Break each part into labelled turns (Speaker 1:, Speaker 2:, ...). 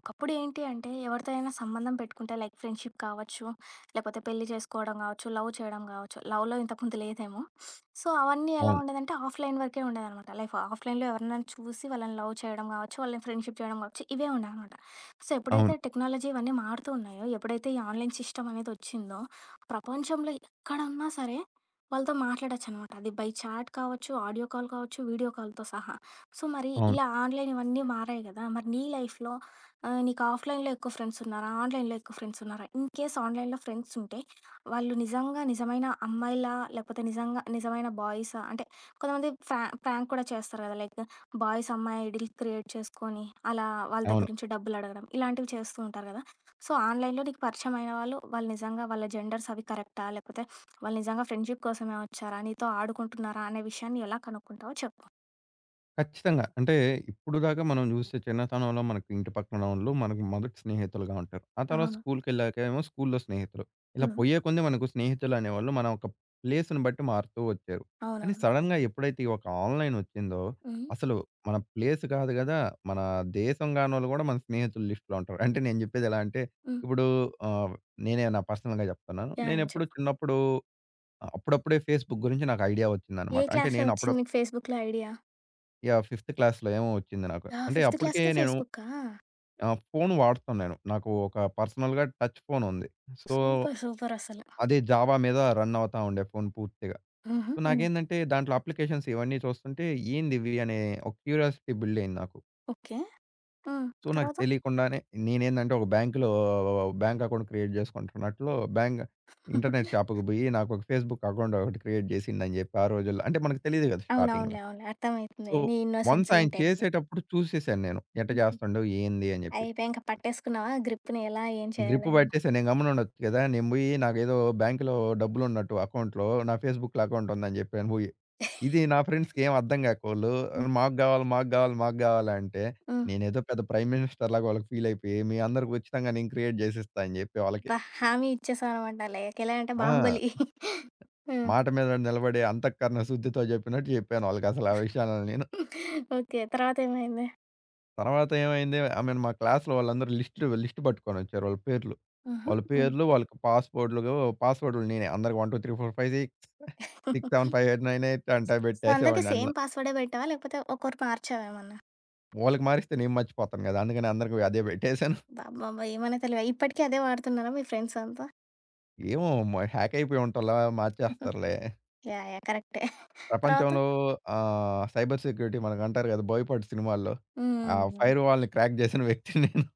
Speaker 1: ఒకప్పుడు ఏంటి అంటే ఎవరితో అయినా సంబంధం పెట్టుకుంటే లైక్ ఫ్రెండ్షిప్ కావచ్చు, లేకపోతే పెళ్లి చేసుకోవడం కావచ్చు, లవ్ చేయడం కావచ్చు. లవ్‌లో ఇంతకుముందు లేదేమో. సో, అవన్నీ ఎలా
Speaker 2: అవును.
Speaker 1: ఉండేదంటే ఆఫ్‌లైన్ వరకే ఉండేదనమాట లైఫ్. ఆఫ్‌లైన్‌లో ఎవరినైనా చూసి వాళ్ళని లవ్ చేయడం కావచ్చు, వాళ్ళని ఫ్రెండ్షిప్ చేయడం కావచ్చు, ఇవే ఉండేవనమాట. సో, ఎప్పుడైతే
Speaker 2: అవును.
Speaker 1: టెక్నాలజీ ఇవన్నీ మారుతూ ఉన్నాయో, ఎప్పుడైతే ఈ ఆన్‌లైన్ సిస్టమ్ అనేది వచ్చిందో, ప్రపంచంలో ఎక్కడున్నా సరే వాళ్ళతో మాట్లాడొచ్చనమాట. అది బై చాట్ కావచ్చు, ఆడియో కాల్ కావచ్చు, వీడియో కాల్‌తో సహా. సో, మరి
Speaker 2: అవును.
Speaker 1: ఇలా ఆన్‌లైన్ ఇవన్నీ మారాయి కదా! మరి నీ లైఫ్‌లో ఆ! నీకు ఆఫ్‌లైన్‌లో ఎక్కువ ఫ్రెండ్స్ ఉన్నారా? ఆన్‌లైన్‌లో ఎక్కువ ఫ్రెండ్స్ ఉన్నారా? ఇన్‌కేస్ ఆన్‌లైన్‌లో ఫ్రెండ్స్ ఉంటే, వాళ్ళు నిజంగా నిజమైన అమ్మాయిలా? లేకపోతే నిజంగా నిజమైన బాయ్సా? అంటే కొంతమంది ప్రాంక్ కూడా చేస్తారు కదా! లైక్ బాయ్స్ అమ్మాయి ఐడీలు క్రియేట్ చేసుకొని, అలా వాళ్ళ దగ్గర
Speaker 2: అవును.
Speaker 1: నుంచి డబ్బులు అడగడం, ఇలాంటివి చేస్తూ ఉంటారు కదా! సో, ఆన్‌లైన్‌లో నీకు పరిచయం అయిన వాళ్ళు, వాళ్ళు నిజంగా వాళ్ళ జెండర్స్ అవి కరెక్టా? లేకపోతే వాళ్ళు నిజంగా ఫ్రెండ్‌షిప్ కోసమే వచ్చారా? నీతో ఆడుకుంటున్నారా? అనే విషయాన్ని ఎలా కనుక్కుంటావో చెప్పు?
Speaker 2: ఖచ్చితంగా. అంటే ఇప్పుడు దాకా మనం చూస్తే చిన్నతనంలో మనకి ఇంటి పక్కనోళ్ళు మనకు మొదటి స్నేహితులుగా ఉంటారు. ఆ తర్వాత
Speaker 1: అవును.
Speaker 2: స్కూలుకెళ్ళాకేమో స్కూలులో స్నేహితులు. ఇలా
Speaker 1: హ్మ్.
Speaker 2: పోయే కొంది మనకు స్నేహితులు అనేవాళ్ళు మన ఒక ప్లేస్‌ని బట్టి మారుతూ వచ్చారు. కానీ
Speaker 1: అవునవును.
Speaker 2: సడెన్‌గా ఎప్పుడైతే ఈ ఒక ఆన్‌లైన్ వచ్చిందో
Speaker 1: హ్మ్.
Speaker 2: అసలు మన ప్లేస్ కాదు గదా! మన దేశం గానోళ్ళు గూడా మన స్నేహితుల లిస్ట్‌లో ఉంటారు. అంటే నేను చెప్పేది ఎలా అంటే
Speaker 1: హ్మ్.
Speaker 2: ఇప్పుడు ఆహ్, నేనే నా పర్సనల్‌గా చెప్తున్నాను.
Speaker 1: యాహ్! యాహ్!
Speaker 2: నేనెప్పుడు
Speaker 1: చెప్పు.
Speaker 2: చిన్నప్పుడు అప్పుడప్పుడే ఫేస్‌బుక్ గురించి నాకు ఐడియా
Speaker 1: ఏ
Speaker 2: వచ్చిందన్నమాట. అంటే
Speaker 1: క్లాస్‌లో
Speaker 2: నేను అప్పుడు
Speaker 1: వచ్చింది మీకు ఫేస్‌బుక్‌లో ఐడియా?
Speaker 2: యాహ్! ఫిఫ్త్ క్లాస్‌లో ఏమో వచ్చింది నాకు.
Speaker 1: ఆ!
Speaker 2: అంటే
Speaker 1: ఫిఫ్త్
Speaker 2: అప్పటికే
Speaker 1: క్లాస్‌కే
Speaker 2: నేను
Speaker 1: ఫేస్‌బుక్కా?
Speaker 2: ఫోన్ వాడుతున్నాను. నాకు ఒక పర్సనల్‌గా టచ్ ఫోన్ ఉంది. So,
Speaker 1: super. సూపర్ అసలు.
Speaker 2: అదే జావా మీద రన్ అవుతా ఉండే ఫోన్ పూర్తిగా.
Speaker 1: హుహు.
Speaker 2: సో,
Speaker 1: హ్మ్.
Speaker 2: నాకేందంటే దాంట్లో అప్లికేషన్స్ ఇవన్నీ చూస్తుంటే ఏందివి అనే ఒక క్యూరియాసిటీ బిల్డ్ అయింది నాకు.
Speaker 1: ఓకే. హ్మ్.
Speaker 2: సో, నాకు
Speaker 1: తర్వాత?
Speaker 2: తెలియకుండానే నేనేందంటే ఒక బ్యాంక్‌లో బ్యాంక్ అకౌంట్ క్రియేట్ చేసుకుంటున్నట్లు బ్యాంక్ ఇంటర్నెట్ షాప్‌కి పోయి నాకు ఒక ఫేస్‌బుక్ అకౌంట్ ఒకటి క్రియేట్ చేసిండని చెప్పి ఆ రోజుల్లో అంటే మనకు తెలీదు కదా! స్టార్టింగ్‌లో.
Speaker 1: అవునవునులే. అవునులే. అర్థమైతుంది.
Speaker 2: సో,
Speaker 1: నీ
Speaker 2: వన్స్
Speaker 1: ఇన్నోసెన్స్
Speaker 2: ఆయన
Speaker 1: ఏంటనేది.
Speaker 2: చేసేటప్పుడు చూసేసాను నేను. ఎట్ట
Speaker 1: హుహు.
Speaker 2: చేస్తుండు? ఏంది? అని జెప్పి.
Speaker 1: అయిపోయాక పట్టేసుకున్నావా గ్రిప్‌ని ఎలా, ఏం
Speaker 2: గ్రిప్
Speaker 1: చేయాలని?
Speaker 2: పట్టేసాను. నేను గమ్మున ఉండొచ్చు కదా! నేను బోయి నాకేదో బ్యాంక్‌లో డబ్బులున్నట్టు అకౌంట్‌లో నా ఫేస్‌బుక్‌లో అకౌంట్ ఉందని జెప్పాను బోయి. ఇది నా ఫ్రెండ్స్‌కి ఏం అర్థం గాకోళ్ళు
Speaker 1: హ్మ్.
Speaker 2: మాకు గావాలి, మాకు గావాలి, మాకు గావాలి అంటే
Speaker 1: హ్మ్.
Speaker 2: నేనేదో పెద్ద ప్రైమ్ మినిస్టర్ లాగా వాళ్ళకి ఫీల్ అయిపోయి మీ అందరికి ఉచితంగా నేను క్రియేట్ జేసిస్తా అని జెప్పి వాళ్ళకి
Speaker 1: అబ్బా! హామీ ఇచ్చేసావనమాట. లైక్ ఎలా అంటే
Speaker 2: ఆ!
Speaker 1: 'బాహుబలి.' హ్మ్.
Speaker 2: మాట మీద నిలబడి అంతఃకరణ శుద్ధితో జెప్పినట్టు జెప్పాను వాళ్ళకసలు ఆ విషయాలన్నీ.
Speaker 1: ఓకే. తర్వాతేమైంది?
Speaker 2: తర్వాత ఏమైంది, ఆమెను మా క్లాస్‌లో వాళ్ళందరూ లిస్ట్ పట్టుకొనొచ్చారు వాళ్ళ పేర్లు.
Speaker 1: హుహు.
Speaker 2: వాళ్ళ
Speaker 1: హ్మ్.
Speaker 2: పేర్లు, వాళ్ళకి పాస్‌వర్డ్‌లు పాస్‌వర్డ్‌లు నేనే అందరికి 1, 2, 3, 4, 5, 6, 7, 5, 8, 9, 8 అంటా
Speaker 1: సో, అందరికి
Speaker 2: పెట్టేసేవాడిని
Speaker 1: సేమ్
Speaker 2: అందులో.
Speaker 1: పాస్‌వర్డే పెట్టావా? లేకపోతే ఒక్కోరు మార్చావా ఏమన్నా?
Speaker 2: వాళ్ళకి మారిస్తే నేను మర్చిపోతాను కదా! అందుకని అందరికి అదే పెట్టేసాను.
Speaker 1: అబ్బబ్బబ్బా! ఏమనే తెలివ. ఇప్పటికి అదే వాడుతున్నారా మీ ఫ్రెండ్స్ అంతా?
Speaker 2: ఏమో హ్యాక్ అయిపోయి ఉంటాంలా మార్చేస్తారులే.
Speaker 1: యాహ్! యాహ్! కరెక్టే. తర్వాత?
Speaker 2: ప్రపంచంలో సైబర్ సెక్యూరిటీ మనకంటారు కదా! 'బోయపాటి' సినిమాల్లో ఆ
Speaker 1: హ్మ్.
Speaker 2: ఫైర్ వాల్‌ని క్రాక్ చేసిన వ్యక్తిని నేను.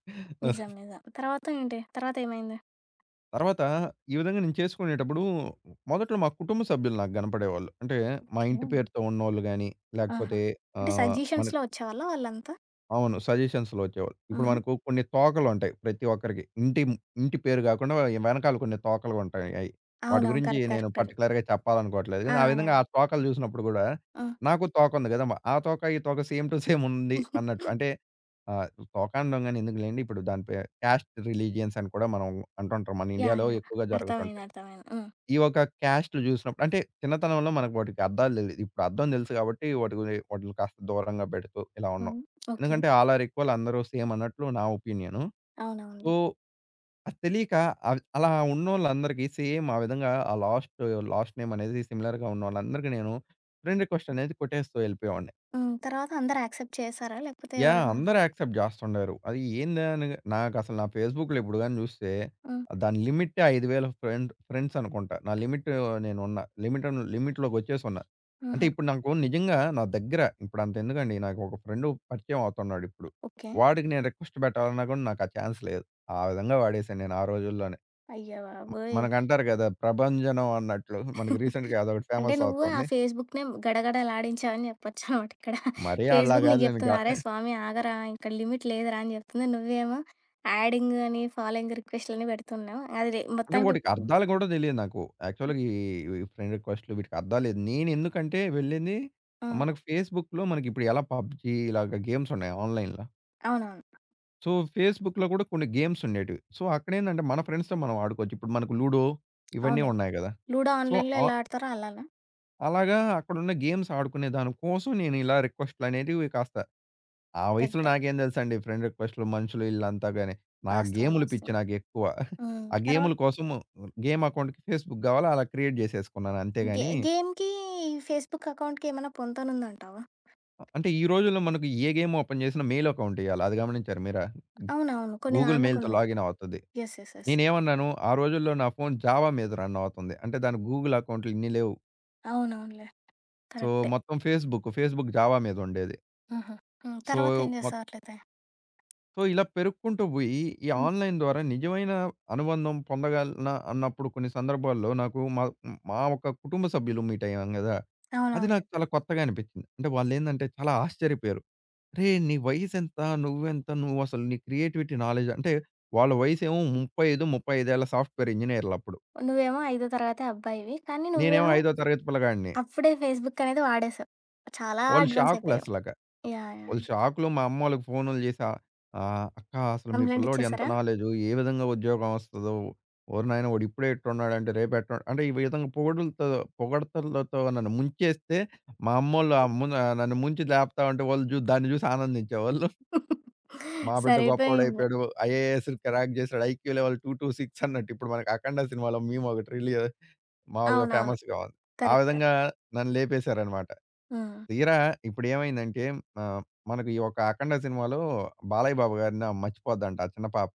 Speaker 1: నిజం. నిజం. తర్వాత ఏంటి? తర్వాత ఏమైంది?
Speaker 2: తర్వాత ఈ విధంగా నేను చేసుకునేటప్పుడు మొదట్లో మా కుటుంబ సభ్యులు నాకు కనపడేవాళ్ళు. అంటే మా
Speaker 1: ఓకే.
Speaker 2: ఇంటి పేరుతో ఉన్నోళ్ళు గాని,
Speaker 1: ఆహా!
Speaker 2: లేకపోతే
Speaker 1: అంటే
Speaker 2: ఆహ్, మన
Speaker 1: సజెషన్స్‌లో వచ్చేవాళ్ళా వాళ్ళంతా?
Speaker 2: అవును. సజెషన్స్‌లో వచ్చేవాళ్ళు. ఇప్పుడు
Speaker 1: హుహు.
Speaker 2: మనకు కొన్ని తోకలుంటాయి ప్రతి ఒక్కరికి. ఇంటి ఇంటి పేరు గాకుండా వెనకాల కొన్ని తోకలు ఉంటాయి. వాటి
Speaker 1: అవునవును.
Speaker 2: గురించి
Speaker 1: కరెక్ట్.
Speaker 2: నేను
Speaker 1: కరెక్ట్. కరెక్ట్.
Speaker 2: పర్టిక్యులర్‌గా చెప్పాలనుకోవట్లేదు.
Speaker 1: ఆ!
Speaker 2: కానీ ఆ విధంగా
Speaker 1: యాహ్!
Speaker 2: ఆ తోకలు చూసినప్పుడు గూడా
Speaker 1: హ్మ్.
Speaker 2: నాకు తోకుంది గదా! ఆ తోక, ఈ తోక సేమ్ టు సేమ్ ఉంది అన్నట్లు. అంటే ఆహ్, తోక అనడం గాని ఎందుకులెండి. ఇప్పుడు దాని పే క్యాస్ట్ రిలీజియన్స్ అని కూడా మనం అంటుంటాం. మన
Speaker 1: యాహ్!
Speaker 2: ఇండియాలో
Speaker 1: యాహ్!
Speaker 2: ఎక్కువగా
Speaker 1: అర్థమైంది.
Speaker 2: జరుగుతుంటాయి.
Speaker 1: అర్థమైంది. హ్మ్.
Speaker 2: ఈ ఒక క్యాస్ట్‌లు జూసినప్పుడు అంటే చిన్నతనంలో మనకు వాటికి అర్థాలు తెలీదు. ఇప్పుడు అర్థం తెలుసు కాబట్టి వాటిల్ని కాస్త దూరంగా పెడుతూ ఇలా ఉన్నాం.
Speaker 1: హ్మ్. ఓకే.
Speaker 2: ఎందుకంటే ఆల్ ఆర్ ఈక్వల్ అందరూ సేమ్ అన్నట్లు నా ఒపీనియను. సో,
Speaker 1: అవునవునులే.
Speaker 2: అది తెలీక అలా ఉన్నోళ్ళందరికీ సేమ్ ఆ విధంగా ఆ లాస్ట్ నేమ్ అనేది సిమిలర్‌గా ఉన్నోళ్ళందరికీ నేను ఫ్రెండ్ రిక్వెస్ట్ అనేది కొట్టేస్తూ ఎళ్ళిపోయేవాడిని.
Speaker 1: హ్మ్. తర్వాత అందరూ యాక్సెప్ట్ చేసారా? లేకపోతే
Speaker 2: యాహ్!
Speaker 1: ఎవరన్నా
Speaker 2: అందరూ యాక్సెప్ట్ జేస్తుండారు. అది ఏందని నాకసలు నా ఫేస్‌బుక్‌లో ఇప్పుడు గాని జూస్తే
Speaker 1: హ్మ్.
Speaker 2: దాని లిమిట్టే 5,000 ఫ్రెండ్స్ అనుకుంటా. నా లిమిట్ నేనున్న. లిమిట్ లిమిట్‌లోకొచ్చేసున్నా. అంటే
Speaker 1: హుహు.
Speaker 2: ఇప్పుడు నాకు నిజంగా నా దగ్గర ఇప్పుడు అంతెందుకండి నాకు ఒక ఫ్రెండ్ పరిచయం అవుతున్నాడు ఇప్పుడు.
Speaker 1: ఓకే.
Speaker 2: వాడికి నేను రిక్వెస్ట్ పెట్టాలన్నా గూడా నాకు ఆ ఛాన్స్ లేదు. ఆ విధంగా వాడేశాను నేను ఆ రోజుల్లోనే.
Speaker 1: అయ్య బాబోయ్!
Speaker 2: మనకంటారు గదా! ప్రభంజనం అన్నట్లు మనకి రీసెంట్‌గా అదొకటి
Speaker 1: అంటే
Speaker 2: ఫేమస్
Speaker 1: నువ్వు ఆ
Speaker 2: అవుతుంది.
Speaker 1: ఫేస్‌బుక్‌నే గడగడలాడించావని చెప్పొచ్చనమాట ఇక్కడ.
Speaker 2: మరీ
Speaker 1: ఫేస్‌బుక్ నీకు
Speaker 2: అలాగాదులేండి.
Speaker 1: జెప్తుంది, "అరే స్వామి ఆగరా! ఇక్కడ లిమిట్ లేదురా" అని జెప్తుంది. నువ్వేమో యాడింగ్ అని, ఫాలోయింగ్ రిక్వెస్ట్‌లని పెడుతున్నావు. అది
Speaker 2: అంటే
Speaker 1: మొత్తానికి
Speaker 2: వాటికి అర్థాలు గూడా తెలియదు నాకు. యాక్చువల్‌గా ఈ ఈ ఫ్రెండ్ రిక్వెస్ట్‌లు వీటికి అర్థాలు లేదు. నేనెందుకంటే వెళ్ళింది
Speaker 1: హ్మ్.
Speaker 2: మనకు ఫేస్‌బుక్‌లో మనకిప్పుడు ఎలా పబ్‌జీ ఇలాగ గేమ్స్ ఉన్నాయి ఆన్‌లైన్‌లో.
Speaker 1: అవునవును.
Speaker 2: సో, ఫేస్‌బుక్‌లో కూడా కొన్ని గేమ్స్ ఉండేటివి. సో, అక్కడేందంటే మన ఫ్రెండ్స్‌తో మనం ఆడుకోవచ్చు. ఇప్పుడు మనకు లూడో ఇవన్నీ
Speaker 1: అవునులే.
Speaker 2: ఉన్నాయి గదా!
Speaker 1: లూడో
Speaker 2: సో,
Speaker 1: ఆన్‌లైన్‌లో
Speaker 2: ఆహ్,
Speaker 1: ఎలా ఆడతారో అలానా?
Speaker 2: అలాగా అక్కడున్న గేమ్స్ ఆడుకునే దాని కోసం నేను ఇలా రిక్వెస్ట్‌లనేటివి కాస్త ఆ వయసులో
Speaker 1: పెద్ద.
Speaker 2: నాకేం తెలుసండి ఫ్రెండ్ రిక్వెస్ట్‌లు, మనుషులు ఈళ్ళంతా గాని. నా
Speaker 1: వాస్తవం.
Speaker 2: గేములు పిచ్చి
Speaker 1: వాస్తవం.
Speaker 2: నాకెక్కువ.
Speaker 1: హ్మ్.
Speaker 2: ఆ
Speaker 1: తర్వాత
Speaker 2: గేముల కోసం గేమ్ అకౌంట్‌కి ఫేస్‌బుక్ గావాలా అలా క్రియేట్ జేసేసుకున్నాను
Speaker 1: గే
Speaker 2: అంతేగాని,
Speaker 1: గేమ్‌కి ఈ ఫేస్‌బుక్ అకౌంట్‌కి ఏమైనా పొంతనుందంటావా?
Speaker 2: అంటే ఈ రోజుల్లో మనకు ఏ గేమ్ ఓపెన్ చేసినా మెయిల్ అకౌంట్ ఇయ్యాల. అది గమనించారా మీరా?
Speaker 1: అవునవును. కొన్ని
Speaker 2: గూగుల్ మెయిల్‌తో
Speaker 1: దాంట్లకున్నాయి.
Speaker 2: లాగిన్ అవుతది.
Speaker 1: యెస్. యెస్. యెస్.
Speaker 2: నేనేమన్నాను ఆ రోజుల్లో నా ఫోన్ జావా మీద రన్ అవుతుంది. అంటే దానికి గూగుల్ అకౌంట్‌లు ఇన్ని లేవు.
Speaker 1: అవునవునులే.
Speaker 2: సో,
Speaker 1: కరెక్టే.
Speaker 2: మొత్తం ఫేస్‌బుక్, ఫేస్‌బుక్ జావా మీద ఉండేది.
Speaker 1: హుహు. హ్మ్.
Speaker 2: సో,
Speaker 1: తర్వాతేం
Speaker 2: మొ
Speaker 1: జేస్తావు అట్లయితే?
Speaker 2: సో, ఇలా పెరుక్కుంటూ బోయి, ఈ
Speaker 1: హ్మ్.
Speaker 2: ఆన్‌లైన్ ద్వారా నిజమైన అనుబంధం పొందగలనా అన్నప్పుడు కొన్ని సందర్భాల్లో నాకు మా మా ఒక కుటుంబ సభ్యులు మీట్ అయ్యాం గదా! అది
Speaker 1: అవునవునులే.
Speaker 2: నాకు చాలా కొత్తగా అనిపించింది. అంటే వాళ్ళేందంటే చాలా ఆశ్చర్యపోయారు. "అరేయ్! నీ వయసెంత? నువ్వెంత? నువ్వసలు నీ క్రియేటివిటీ నాలెడ్జ్" అంటే వాళ్ళ వయసేమో 35 సాఫ్ట్‌వేర్ ఇంజినీర్‌లప్పుడు.
Speaker 1: నువ్వేమో ఐదో తరగతి అబ్బాయివి. కానీ
Speaker 2: నేనేమో
Speaker 1: నువ్వేమో
Speaker 2: ఐదో తరగతి పిల్లగాడిని.
Speaker 1: అప్పుడే ఫేస్‌బుక్ అనేది వాడేసావు. చాలా
Speaker 2: వాళ్ళు
Speaker 1: అడ్వాన్స్ అయిపోయావు.
Speaker 2: షాకులసలక.
Speaker 1: యాహ్! యాహ్!
Speaker 2: వాళ్ళు షాక్‌లో మా అమ్మోళ్ళకి ఫోనులు చేసి ఆహ్, ఆహ్, "అక్క అసలు మీ
Speaker 1: కంప్లెయింట్
Speaker 2: పిల్లోడు ఎంత
Speaker 1: ఇచ్చేసారా?
Speaker 2: నాలెడ్జు, ఏ విధంగా ఉద్యోగం వస్తదో, ఓరి నాయన వాడు ఇప్పుడే ఇట్టున్నాడంటే రేపు ఎట్టు" అంటే ఈ విధంగా పొగడ్తలతో నన్ను ముంచేస్తే, మా అమ్మోళ్ళు ఆ మున నన్ను ముంచి లేపుతా ఉంటే వాళ్ళు దాన్ని చూసి ఆనందించేవాళ్ళు. మా బిడ్డ
Speaker 1: సరిపోయింది.
Speaker 2: గొప్పోడైపోయాడు. ఐఏఎస్ క్రాక్ చేసాడు. ఐక్యూ లెవెల్ 226 అన్నట్టు. ఇప్పుడు మనకి 'అఖండ' సినిమాలో మీమ్ ఒకటి మామూలుగా
Speaker 1: అవునవును.
Speaker 2: ఫేమస్‌గా ఉంది. ఆ
Speaker 1: కరెక్ట్. కరెక్ట్.
Speaker 2: విధంగా నన్ను లేపేశారన్నమాట.
Speaker 1: హ్మ్.
Speaker 2: తీరా ఇప్పుడేమైందంటే ఆహ్, మనకు ఈ ఒక 'అఖండ' సినిమాలో బాలయ్య బాబు గారిని మర్చిపోద్దంట ఆ చిన్న పాప.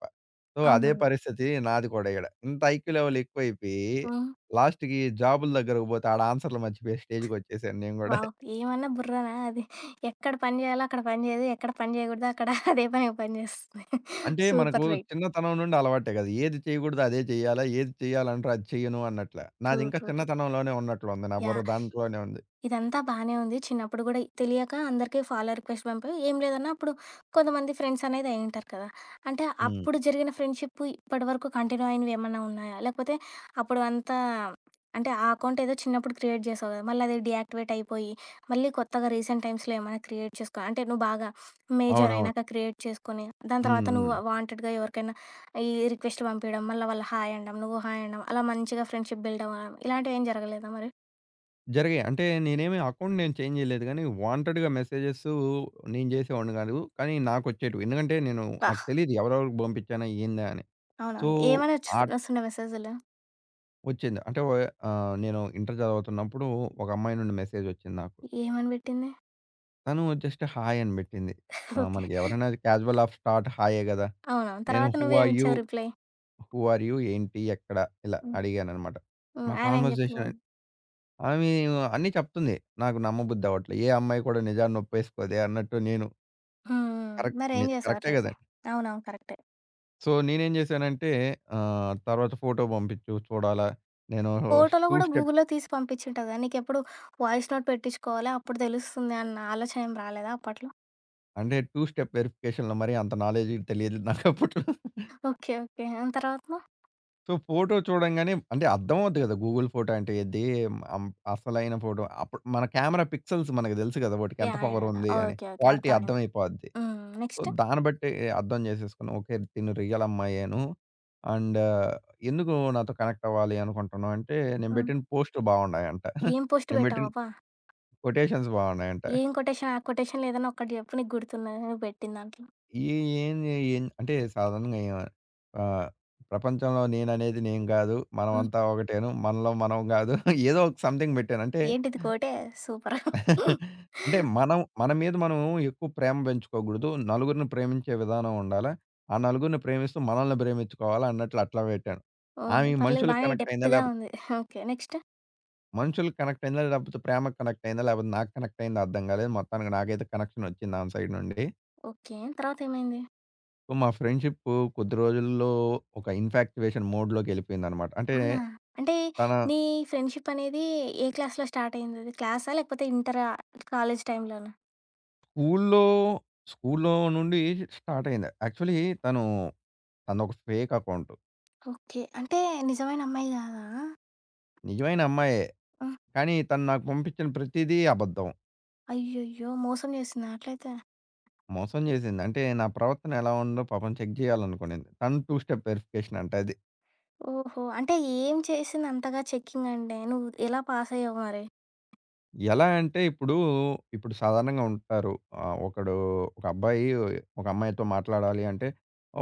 Speaker 2: సో, అదే
Speaker 1: అవునవును.
Speaker 2: పరిస్థితి నాది కూడా ఈడ. ఇంత ఐక్యూ లెవెల్ ఎక్కువైపోయి
Speaker 1: హ్మ్.
Speaker 2: లాస్ట్‌కి జాబుల దగ్గరకు పోతే ఆడ ఆన్సర్‌లు మర్చిపోయే స్టేజ్‌కొచ్చేసాను నేను గూడా.
Speaker 1: వావ్! ఏమన్నా బుర్రనా అది. ఎక్కడ పని చేయాలో అక్కడ పని చేయదు. ఎక్కడ పని చేయకూడదో అక్కడ అదే పనిగా పని చేస్తుంది.
Speaker 2: అంటే మనకు
Speaker 1: సూపర్ రైట్.
Speaker 2: చిన్నతనం నుండి అలవాటే కదా! ఏది చేయకూడదో అదే చేయాలా, ఏది చేయాలంటారు అది చెయ్యను అన్నట్ల.
Speaker 1: ట్రూ.
Speaker 2: నాదింకా
Speaker 1: ట్రూ. ట్రూ.
Speaker 2: చిన్నతనంలోనే ఉన్నట్లుంది. నా బుర్ర
Speaker 1: యాహ్!
Speaker 2: దాంట్లోనే ఉంది.
Speaker 1: ఇదంతా బానే ఉంది. చిన్నప్పుడు గూడా తెలియక అందరికీ ఫాలో రిక్వెస్ట్ పంపావు. ఏం లేదన్నా అప్పుడు కొంతమంది ఫ్రెండ్స్ అనేది అయ్యుంటారు కదా! అంటే
Speaker 2: హ్మ్.
Speaker 1: అప్పుడు జరిగిన ఫ్రెండ్‌షిప్ ఇప్పటివరకు కంటిన్యూ అయినవేమన్నా ఉన్నాయా? లేకపోతే అప్పుడు అంతా అంటే ఆ అకౌంట్ ఏదో చిన్నప్పుడు క్రియేట్ చేసావు కదా! మళ్ళీ అది డీయాక్టివేట్ అయిపోయి, మళ్ళీ కొత్తగా రీసెంట్ టైమ్స్‌లో ఏమైనా క్రియేట్ చేసుకో అంటే నువ్వు బాగా మేజర్
Speaker 2: అవునవును.
Speaker 1: అయినాక క్రియేట్ చేసుకొని, దాని తర్వాత
Speaker 2: హ్మ్.
Speaker 1: నువ్వు
Speaker 2: హ్మ్.
Speaker 1: వాంటెడ్‌గా ఎవరికైనా ఈ రిక్వెస్ట్ పంపియడం, మళ్ళీ వాళ్ళు హాయ్ అనడం, నువ్వు హాయ్ అనడం, అలా మంచిగా ఫ్రెండ్‌షిప్ బిల్డ్ అవ్వడం ఇలాంటివేం జరగలేదా మరి?
Speaker 2: జరిగాయి. అంటే నేనేమి అకౌంట్ నేను చేంజ్ చేయలేదు గానీ, వాంటెడ్‌గా మెసేజెసు నేను జేసేవాడిని గాదు. కానీ నాకొచ్చేటివి. ఎందుకంటే నేను నాకు తెలీదు ఎవరెవరికి పంపించానా? ఏందా? అని. సో,
Speaker 1: అవునవును. ఏమని వచ్చి
Speaker 2: ఆట్
Speaker 1: వస్తుండే మెసేజులు?
Speaker 2: వచ్చింది. అంటే నేను ఇంటర్ చదువుతున్నప్పుడు ఒక అమ్మాయి నుండి మెసేజొచ్చింది నాకు.
Speaker 1: ఏమని పెట్టింది?
Speaker 2: తను జస్ట్ హాయ్ అని బెట్టింది.
Speaker 1: ఓకే.
Speaker 2: మనకి ఎవరైనా క్యాజువల్ ఆఫ్ స్టార్ట్ హాయే గదా!
Speaker 1: అవునవును.
Speaker 2: నేను
Speaker 1: తర్వాత నువ్వేమిచ్చావు రిప్లై?
Speaker 2: Who are you? ఏంటి? ఎక్కడ? ఇలా
Speaker 1: హ్మ్.
Speaker 2: అడిగాననమాట.
Speaker 1: హ్మ్.
Speaker 2: మా
Speaker 1: ఆమేం చెప్పింది?
Speaker 2: కాన్వర్జేషన్ ఆమె అన్నీ చెప్తుంది. నాకు నమ్మబుద్ధి అవ్వట్లే. ఏ అమ్మాయి కూడా నిజాన్ని ఒప్పేసుకోదే అన్నట్టు నేను.
Speaker 1: హ్మ్. హ్మ్.
Speaker 2: కరెక్ట్.
Speaker 1: మరేం చేసావు
Speaker 2: కరెక్టే
Speaker 1: అట్లయితే?
Speaker 2: గదండీ.
Speaker 1: అవునవును. కరెక్టే.
Speaker 2: సో, నేనేం జేశానంటే తర్వాత ఫోటో పంపించు చూడాలా. నేను
Speaker 1: ఫోటోలో
Speaker 2: టూ
Speaker 1: గూడా
Speaker 2: స్టెప్
Speaker 1: గూగుల్‌లో తీసి పంపించుంటది కదా! నీకెప్పుడు వాయిస్ నోట్ పెట్టించుకోవాలి, అప్పుడు తెలుస్తుంది అన్న ఆలోచన ఏం రాలేదా అప్పట్లో?
Speaker 2: అంటే, టూ స్టెప్ వెరిఫికేషన్‌లో మరి అంత నాలెడ్జ్ తెలియదు నాకప్పట్లో.
Speaker 1: ఓకే. ఓకే. ఆ తర్వాత?
Speaker 2: సో, ఫోటో చూడంగానే అంటే అర్థమవుద్ది గదా! గూగుల్ ఫోటో అంటే ఏంది? అం అసలైన ఫోటో అప్పుడు మన కెమెరా పిక్సెల్స్ మనకు దెలుసు గదా! వాటికి ఎంత
Speaker 1: యాహ్! యాహ్! యాహ్!
Speaker 2: పవరుంది అని.
Speaker 1: ఓకే. ఓకే.
Speaker 2: క్వాలిటీ
Speaker 1: అర్థమైంది.
Speaker 2: అర్థమైపోద్ది.
Speaker 1: హ్మ్.
Speaker 2: So,
Speaker 1: next?
Speaker 2: దాన్ని బట్టి అర్థం చేసేసుకుని, ఓకే. తిను రియల్ అమ్మాయేను. అండ్ ఎందుకు నాతో కనెక్ట్ అవ్వాలి అనుకుంటున్నావు అంటే, నేను
Speaker 1: హ్మ్.
Speaker 2: పెట్టిన పోస్టులు బాగున్నాయంట.
Speaker 1: ఏం పోస్ట్
Speaker 2: నేను పెట్టిన
Speaker 1: పెట్టావబ్బా?
Speaker 2: కొటేషన్స్ బాగున్నాయంట.
Speaker 1: ఏం కొటేషన్? ఆ కొటేషన్‌లో ఏదైనా ఒక్కటి చెప్పు నీకు గుర్తున్నది నువ్వు పెట్టిన దాంట్లో?
Speaker 2: ఈ ఏంది ఏం అంటే సాధారణంగా ఆహ్, ప్రపంచంలో నేననేది నేను గాదు.
Speaker 1: హ్మ్.
Speaker 2: మనమంతా ఒకటేను. మనలో మనం గాదు. ఏదో ఒక సంథింగ్ పెట్టాను. అంటే
Speaker 1: ఏంటిది కోటే? సూపర్.
Speaker 2: అంటే మనం మన మీద మనం ఎక్కువ ప్రేమ పెంచుకోకూడదు. నలుగురిని ప్రేమించే విధానం ఉండాలా. ఆ నలుగురిని ప్రేమిస్తూ మనల్ని ప్రేమించుకోవాలా అన్నట్లు అట్లా పెట్టాను.
Speaker 1: ఓహో!
Speaker 2: ఆమె
Speaker 1: పర్లేదు
Speaker 2: మనుషులకి
Speaker 1: బానే
Speaker 2: కనెక్ట్ అయిందా?
Speaker 1: డెప్త్‌గా
Speaker 2: లేకపోతే
Speaker 1: ఉంది. ఓకే. నెక్స్ట్?
Speaker 2: మనుషులకి కనెక్ట్ అయిందా? లేకపోతే ప్రేమకి కనెక్ట్ అయిందా? లేకపోతే నాకు కనెక్ట్ అయిందా? అర్థం కాలేదు. మొత్తానికి నాకైతే కనెక్షన్ వచ్చింది ఆమె సైడ్ నుండి.
Speaker 1: ఓకే. తర్వాతేమైంది?
Speaker 2: సో, మా ఫ్రెండ్‌షిప్పు కొద్ది రోజుల్లో ఒక ఇన్‌ఫాక్టివేషన్ మోడ్‌లోకెళ్ళిపోయిందనమాట. అంటే
Speaker 1: అవునా? అంటే
Speaker 2: తన
Speaker 1: నీ ఫ్రెండ్‌షిప్ అనేది ఏ క్లాస్‌లో స్టార్ట్ అయిందది? క్లాసా? లేకపోతే ఇంటరా? కాలేజ్ టైంలోనా?
Speaker 2: స్కూల్లో స్కూల్లో నుండి స్టార్ట్ అయింది. యాక్చువల్లీ తను తనొక ఫేక్ అకౌంట్.
Speaker 1: ఓకే. అంటే నిజమైన అమ్మాయి గాదా?
Speaker 2: నిజమైన అమ్మాయే.
Speaker 1: ఆ!
Speaker 2: కానీ తను నాకు పంపించిన ప్రతిదీ అబద్ధం.
Speaker 1: అయ్యయ్యో! మోసం చేసిందా అట్లయితే?
Speaker 2: మోసం జేసింది. అంటే నా ప్రవర్తన ఎలా ఉందో పాపం చెక్ జేయాలనుకునింది. తను టూ స్టెప్ వెరిఫికేషన్ అంట అది.
Speaker 1: ఓహో! అంటే ఏం చేసింది అంతగా చెకింగ్ అంటే? నువ్వు ఎలా పాస్ అయ్యావు మరి?
Speaker 2: ఎలా అంటే ఇప్పుడు, ఇప్పుడు సాధారణంగా ఉంటారు. ఆహ్, ఒకడు ఒక అబ్బాయి ఒక అమ్మాయితో మాట్లాడాలి అంటే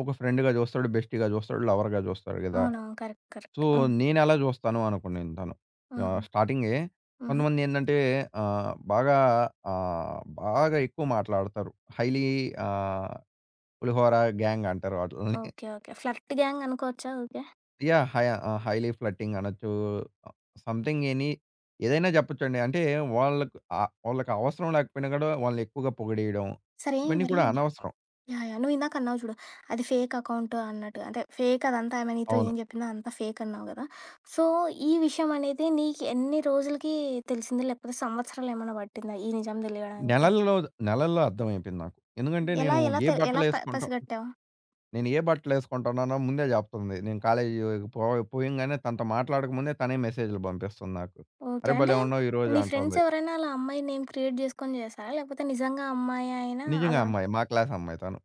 Speaker 2: ఒక ఫ్రెండ్‌గా జూస్తాడు, బెస్టీగా జూస్తాడు, లవర్‌గా జూస్తాడు గదా!
Speaker 1: అవునవును. కరెక్ట్. కరెక్ట్.
Speaker 2: సో,
Speaker 1: హ్మ్.
Speaker 2: నేనెలా జూస్తాను అనుకునింది తను.
Speaker 1: హుహు.
Speaker 2: ఆహ్, స్టార్టింగే
Speaker 1: హుహు.
Speaker 2: కొంతమందేందంటే ఆహ్, బాగా బాగా ఎక్కువ మాట్లాడతారు. హైలీ ఆహ్, పులిహోర గ్యాంగ్ అంటారు ఆటిల్ని.
Speaker 1: ఓకే. ఓకే. ఫ్లర్ట్ గ్యాంగ్ అనుకోవచ్చా okay?
Speaker 2: Yeah! High highly flirting అనొచ్చు. ఆహ్, సంథింగ్ ఎనీ ఏదైనా చెప్పొచ్చండి. అంటే వాళ్ళకి అవసరం లేకపోయినా కూడా వాళ్ళని ఎక్కువగా పొగిడేయడం.
Speaker 1: సరే
Speaker 2: ఇవన్నీ
Speaker 1: మరి
Speaker 2: కూడా అవును.
Speaker 1: యాహ్!
Speaker 2: అనవసరం.
Speaker 1: యాహ్! నువ్వు ఇందాక అన్నావు చూడు. అది ఫేక్ అకౌంట్ అన్నట్టు. అంటే ఫేక్ అదంతా ఆమె నీతో
Speaker 2: అవును.
Speaker 1: ఏం చెప్పిందో అంతా ఫేక్ అన్నావు గదా! సో, ఈ విషయం అనేది నీకు ఎన్ని రోజులకి తెలిసింది? లేకపోతే సంవత్సరాలు ఏమైనా పట్టిందా ఈ నిజం తెలియడానికి?
Speaker 2: నెలల్లో నెలల్లో అర్థమైపోయింది నాకు. ఎందుకంటే
Speaker 1: ఎలా
Speaker 2: నేను
Speaker 1: ఎలా
Speaker 2: ఏ
Speaker 1: తె ఎలా ప
Speaker 2: బట్టలేసుకుంటా
Speaker 1: పసిగట్టావు?
Speaker 2: నేను ఏ బట్టలేసుకుంటున్నానో ముందే చెప్తుంది. నేను కాలేజీ పో పోయంగానే తనతో మాట్లాడక ముందే తనే మెసేజ్‌లు పంపిస్తుంది నాకు.
Speaker 1: ఓకే.
Speaker 2: "అరే!
Speaker 1: అంటే
Speaker 2: భలే ఉన్నావు ఈరోజు"
Speaker 1: నీ ఫ్రెండ్స్
Speaker 2: అంటుంది.
Speaker 1: ఎవరైనా అలా అమ్మాయి నేమ్ క్రియేట్ చేసుకొని చేసారా? లేకపోతే నిజంగా అమ్మాయి అయినా
Speaker 2: నిజంగా
Speaker 1: అలా?
Speaker 2: అమ్మాయి. మా క్లాస్ అమ్మాయి తను.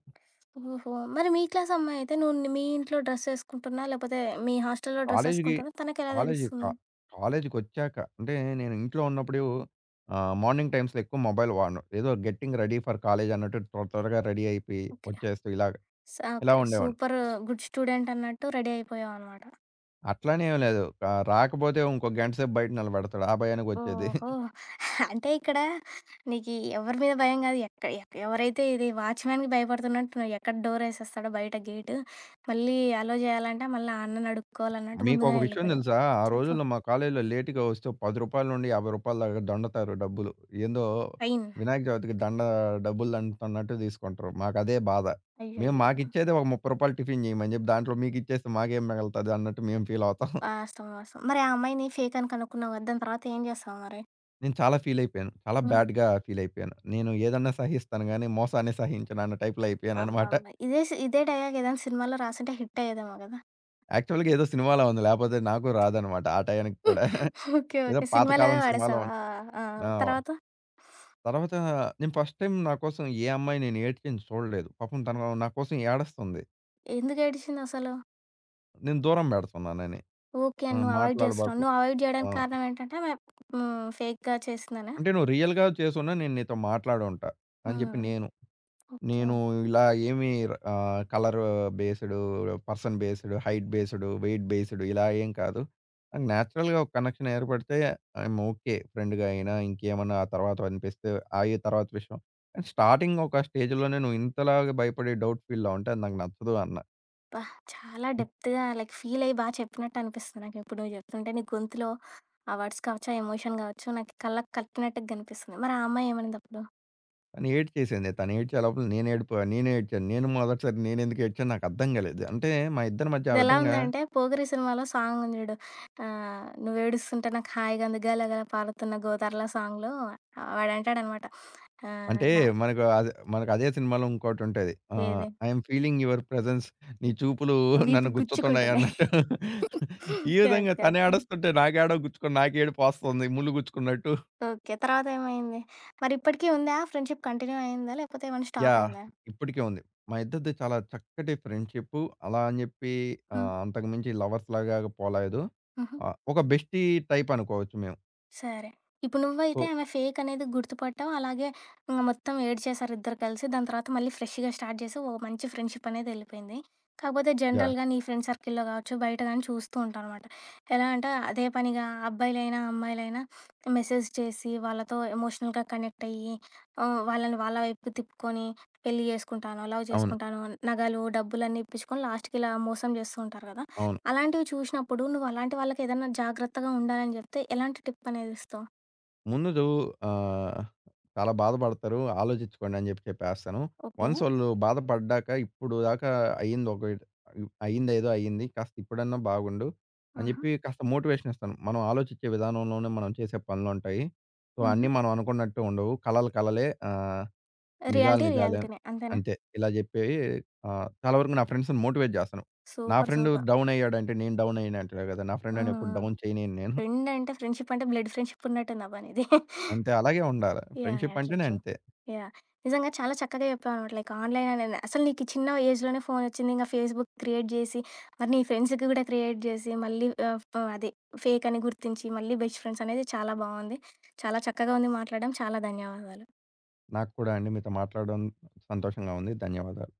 Speaker 1: ఓహో! మరి మీ క్లాస్ అమ్మాయి అయితే నువ్వు మీ ఇంట్లో డ్రెస్ ఏసుకుంటున్నా, లేకపోతే మీ హాస్టల్‌లో డ్రెస్
Speaker 2: కాలేజికి
Speaker 1: ఏసుకుంటున్నా తనకెలా
Speaker 2: కాలేజి కా
Speaker 1: తెలుస్తుంది?
Speaker 2: కాలేజికొచ్చాక. అంటే నేను ఇంట్లో ఉన్నప్పుడు మార్నింగ్ టైమ్స్‌లో ఎక్కువ మొబైల్ వాడను. ఏదో గెట్టింగ్ రెడీ ఫర్ కాలేజ్ అన్నట్టు త్వరగా రెడీ అయిపోయి
Speaker 1: ఓకే.
Speaker 2: వచ్చేస్తూ ఇలా
Speaker 1: ఓకే.
Speaker 2: ఉండేవాడిని.
Speaker 1: సూపరు
Speaker 2: సో,
Speaker 1: గుడ్ స్టూడెంట్ అన్నట్టు రెడీ అయిపోయావనమాట.
Speaker 2: అట్లని ఏమి లేదు. రాకపోతే ఇంకో గంట సేపు బయట నిలబెడతాడు. ఆ భయానికి వచ్చేది.
Speaker 1: ఓహో! అంటే ఇక్కడ నీకి ఎవరి మీద భయం గాదు. ఎక్క ఎక్ ఎవరైతే ఇది వాచ్‌మ్యాన్‌కి భయపడుతున్నట్టు నువ్వు ఎక్కడ డోరేసేస్తాడో బయట గేటు, మళ్ళీ అలో జేయాలంటే మళ్ళీ ఆ అన్నని అడుక్కోవాలన్నట్టు ముందుగా
Speaker 2: మీకొక విషయం
Speaker 1: యెళ్ళిపోయావు.
Speaker 2: తెలుసా? ఆ
Speaker 1: చెప్పు.
Speaker 2: రోజుల్లో మా కాలేజీలో లేట్‌గా వస్తే రూ. 10 నుండి రూ. 50 దాకా దండతారు డబ్బులు. ఏందో
Speaker 1: ఫైన్.
Speaker 2: వినాయక చవితికి దండ డబ్బులు దండుతున్నట్టు తీసుకుంటారు. మాకదే బాధ. మేము
Speaker 1: అయ్యయ్యో!
Speaker 2: మాకిచ్చేదే ఒక రూ. 30 టిఫిన్ చేయమని చెప్పి దాంట్లో మీకిచ్చేస్తే మాకేం మిగలుతది అన్నట్టు మేము ఫీల్ అవుతాం.
Speaker 1: వాస్తవం. వాస్తవం. మరి ఆ అమ్మాయిని ఫేక్ అని కనుక్కున్నావు కదా! దాని తర్వాత ఏం జేస్తావు మరి?
Speaker 2: నేను చాలా ఫీల్ అయిపోయాను. చాలా
Speaker 1: హ్మ్.
Speaker 2: బ్యాడ్‌గా ఫీల్ అయిపోయాను. నేను ఏదన్నా సహిస్తాను గానీ మోసాన్ని సహించను అన్న టైప్‌లో అయిపోయానన్నమాట.
Speaker 1: అబ్బబ్బా! ఇదే డైలాగ్ ఏదైనా సినిమాలో రాసుంటే హిట్ అయ్యేదేమో గదా!
Speaker 2: యాక్చువల్‌గా ఏదో సినిమాలో ఉంది. లేపోతే నాకు రాదన్నమాట ఆ టయానికి కూడా.
Speaker 1: ఓకే.
Speaker 2: ఏదో
Speaker 1: ఓకే. సినిమాలో
Speaker 2: పాతకాలం సినిమాలో
Speaker 1: వాడేసావా? ఆ!
Speaker 2: ఆ!
Speaker 1: తర్వాత?
Speaker 2: తర్వాత నేను ఫస్ట్ టైమ్ నా కోసం ఏ అమ్మాయి నేను ఏడ్చింది చూడలేదు. పాపం తను నా కోసం ఏడుస్తుంది.
Speaker 1: ఎందుకు ఏడిచిందసలు?
Speaker 2: నేను దూరం పెడుతున్నానని.
Speaker 1: ఓకే.
Speaker 2: ఆ!
Speaker 1: నువ్వు అవాయిడ్ జేస్తున్నావు.
Speaker 2: మాట్లాడబాకు.
Speaker 1: నువ్వు అవాయిడ్
Speaker 2: ఆ!
Speaker 1: జేయడానికి కారణం ఏంటంటే, ఆమె హ్మ్. ఫేక్‌గా చేసిందనా?
Speaker 2: అంటే నువ్వు రియల్‌గా చేసున్నా నేను నీతో మాట్లాడుంటా అని చెప్పి
Speaker 1: హ్మ్.
Speaker 2: నేను.
Speaker 1: ఓకే.
Speaker 2: నేను ఇలా ఏమి colour based, person based, height based, weight based ఇలా ఏం కాదు. నాకు నేచురల్‌గా ఒక కనెక్షన్ ఏర్పడితే ఐఎమ్ ఓకే. ఫ్రెండ్‌గా అయినా ఇంకేమన్నా ఆ తర్వాత అనిపిస్తే అయి తర్వాత విషయం. కానీ స్టార్టింగ్ ఒక స్టేజ్‌లోనే నువ్వు ఇంతలాగా భయపడి డౌట్ ఫీల్‌లో ఉంటే అది నాకు నచ్చదు అన్న.
Speaker 1: అబ్బా! చాలా డెప్త్‌గా లైక్ ఫీల్ అయ్యి బా చెప్పినట్టు అనిపిస్తుంది నాకిప్పుడు నువ్వు చెప్తుంటే. నీ గొంతులో ఆ వర్డ్స్ కావచ్చు, ఆ ఎమోషన్ కావచ్చు నాకు కళ్ళకి కట్టినట్టుగా కనిపిస్తుంది. మరి ఆ అమ్మాయి ఏమనిందప్పుడు?
Speaker 2: తను ఏడ్ చేసింది. తను ఏడ్చే లోపల నేను ఏడ్చాను. నేను మొదటిసారి నేనెందుకు ఏడ్చానో నాకు అర్థం కాలేదు. అంటే మా ఇద్దరి మధ్య ఆ
Speaker 1: ఇదెలా
Speaker 2: విధంగా
Speaker 1: ఉందంటే 'పోకిరి' సినిమాలో సాంగ్ ఉంది జూడు. నువ్వేడుస్తుంటే నాకు హాయిగా ఉంది గలగల పారుతున్న గోదావరిలో సాంగ్‌లో వాడంటాడనమాట. ఆహ్,
Speaker 2: అంటే
Speaker 1: నా
Speaker 2: మనకు మనకదే సినిమాలో ఇంకోటుంటది.
Speaker 1: ఏది
Speaker 2: ఐయామ్ ఫీలింగ్ యువర్ ప్రెజెన్స్ నీ చూపులు నన్ను
Speaker 1: వీపుకి
Speaker 2: గుచ్చుతున్నాయి
Speaker 1: గుచ్చుకుంటుంది.
Speaker 2: అన్నట్టు. ఈ
Speaker 1: కరెక్ట్.
Speaker 2: విధంగా తను
Speaker 1: కరెక్ట్.
Speaker 2: ఏడుస్తుంటే నాకేడో గుచ్చుకొని నాకేడుపొస్తుంది ముల్లు గుచ్చుకున్నట్టు.
Speaker 1: ఓకే. తర్వాతేమైంది? మరిప్పటికి ఉందా? ఫ్రెండ్‌షిప్ కంటిన్యూ అయిందా? లేకపోతే ఏమన్నా స్టాప్
Speaker 2: యాహ్!
Speaker 1: అయిందా?
Speaker 2: ఇప్పటికే ఉంది. మా ఇద్దరిది చాలా చక్కటి ఫ్రెండ్‌షిప్పు. అలా అని జెప్పి
Speaker 1: హ్మ్.
Speaker 2: అంతకు మించి లవర్స్ లాగా పోలేదు.
Speaker 1: హుహు.
Speaker 2: ఒక బెస్టీ టైప్ అనుకోవచ్చు మేము.
Speaker 1: సరే. ఇప్పుడు
Speaker 2: సో,
Speaker 1: నువ్వైతే ఆమె ఫేక్ అనేది గుర్తుపట్టావు. అలాగే ఇంగ మొత్తం ఏడ్చేశారు ఇద్దరు కలిసి. దాని తర్వాత మళ్ళీ ఫ్రెష్‌గా స్టార్ట్ చేసి ఓ మంచి ఫ్రెండ్‌షిప్ అనేది ఎళ్ళిపోయింది. కాకపోతే
Speaker 2: యాహ్!
Speaker 1: జనరల్‌గా నీ ఫ్రెండ్ సర్కిల్‌లో కావచ్చు, బయట గానీ చూస్తూ ఉంటావనమాట. ఎలా అంటే అదే పనిగా అబ్బాయిలైనా, అమ్మాయిలైనా మెసేజ్ చేసి వాళ్ళతో ఎమోషనల్‌గా కనెక్ట్ అయ్యి వాళ్ళని వాళ్ళ వైపుకి తిప్పుకొని పెళ్లి చేసుకుంటాను, లవ్
Speaker 2: అవును.
Speaker 1: చేసుకుంటాను, నగలు, డబ్బులన్నీ ఇప్పించుకొని లాస్ట్‌కి ఇలా మోసం చేస్తూ ఉంటారు కదా!
Speaker 2: అవును.
Speaker 1: అలాంటివి చూషినప్పుడు నువ్వలాంటి వాళ్ళకేదన్నా జాగ్రత్తగా ఉండాలని జెప్తే, ఎలాంటి టిప్పనేది ఇస్తావు?
Speaker 2: ముందు ఆహ్, చాలా బాధపడతారు. ఆలోచించుకోండి అని జెప్పి చెప్పేస్తాను.
Speaker 1: ఓకే.
Speaker 2: వన్స్ వాళ్ళు బాధపడ్డాక ఇప్పుడు దాకా అయింది ఒక అయిందేదో అయింది. కాస్త ఇప్పుడన్నా బాగుండు అని
Speaker 1: ఆహా!
Speaker 2: జెప్పి కాస్త మోటివేషన్ ఇస్తాను. మనం ఆలోచించే విధానంలోనే మనం చేసే పనులుంటాయి. సో,
Speaker 1: హుహు.
Speaker 2: అన్నీ మనం అనుకున్నట్టు ఉండవు. కలలు కలలే. నిజాలు
Speaker 1: రియాలిటీ
Speaker 2: నిజాలే.
Speaker 1: రియాలిటీనే. అంతేనా?
Speaker 2: అంతే. ఇలా జెప్పి చాలా వరకు నా ఫ్రెండ్స్‌ని మోటివేట్ జేస్తాను. నా
Speaker 1: సూపర్.
Speaker 2: Friend
Speaker 1: super.
Speaker 2: డౌన్ అయ్యాడంటే నేను డౌన్ అయ్యానంటలే గదా! నా
Speaker 1: హ్మ్.
Speaker 2: ఫ్రెండ్‌ని ఎప్పుడు
Speaker 1: హ్మ్.
Speaker 2: డౌన్ చేయనియను నేను.
Speaker 1: ఫ్రెండ్ అంటే ఫ్రెండ్‌షిప్ అంటే బ్లడ్ ఫ్రెండ్‌షిప్ ఉన్నట్టుందబ్బా నీది.
Speaker 2: అంతే అలాగే ఉండాలి.
Speaker 1: యాహ్! యాహ్!
Speaker 2: Friendship
Speaker 1: true.
Speaker 2: అంటేనే
Speaker 1: ట్రూ.
Speaker 2: అంతే.
Speaker 1: యాహ్! నిజంగా చాలా చక్కగా జెప్పావనమాట. లైక్ ఆన్‌లైన్ అనేది అసలు నీకు ఈ చిన్న ఏజ్‌లోనే ఫోనొచ్చింది. ఇంగ ఫేస్‌బుక్ క్రియేట్ జేసి, మరి నీ ఫ్రెండ్స్‌కి గూడా క్రియేట్ జేసి, మళ్ళీ ఆహ్, ఫ్ అదే ఫేకని గుర్తించి, మళ్ళీ బెస్ట్ ఫ్రెండ్సనేది చాలా బావుంది. చాలా చక్కగా ఉంది మాట్లాడడం. చాలా ధన్యవాదాలు.
Speaker 2: నాకు కూడా అండి. మీతో మాట్లాడడం సంతోషంగా ఉంది. ధన్యవాదాలు.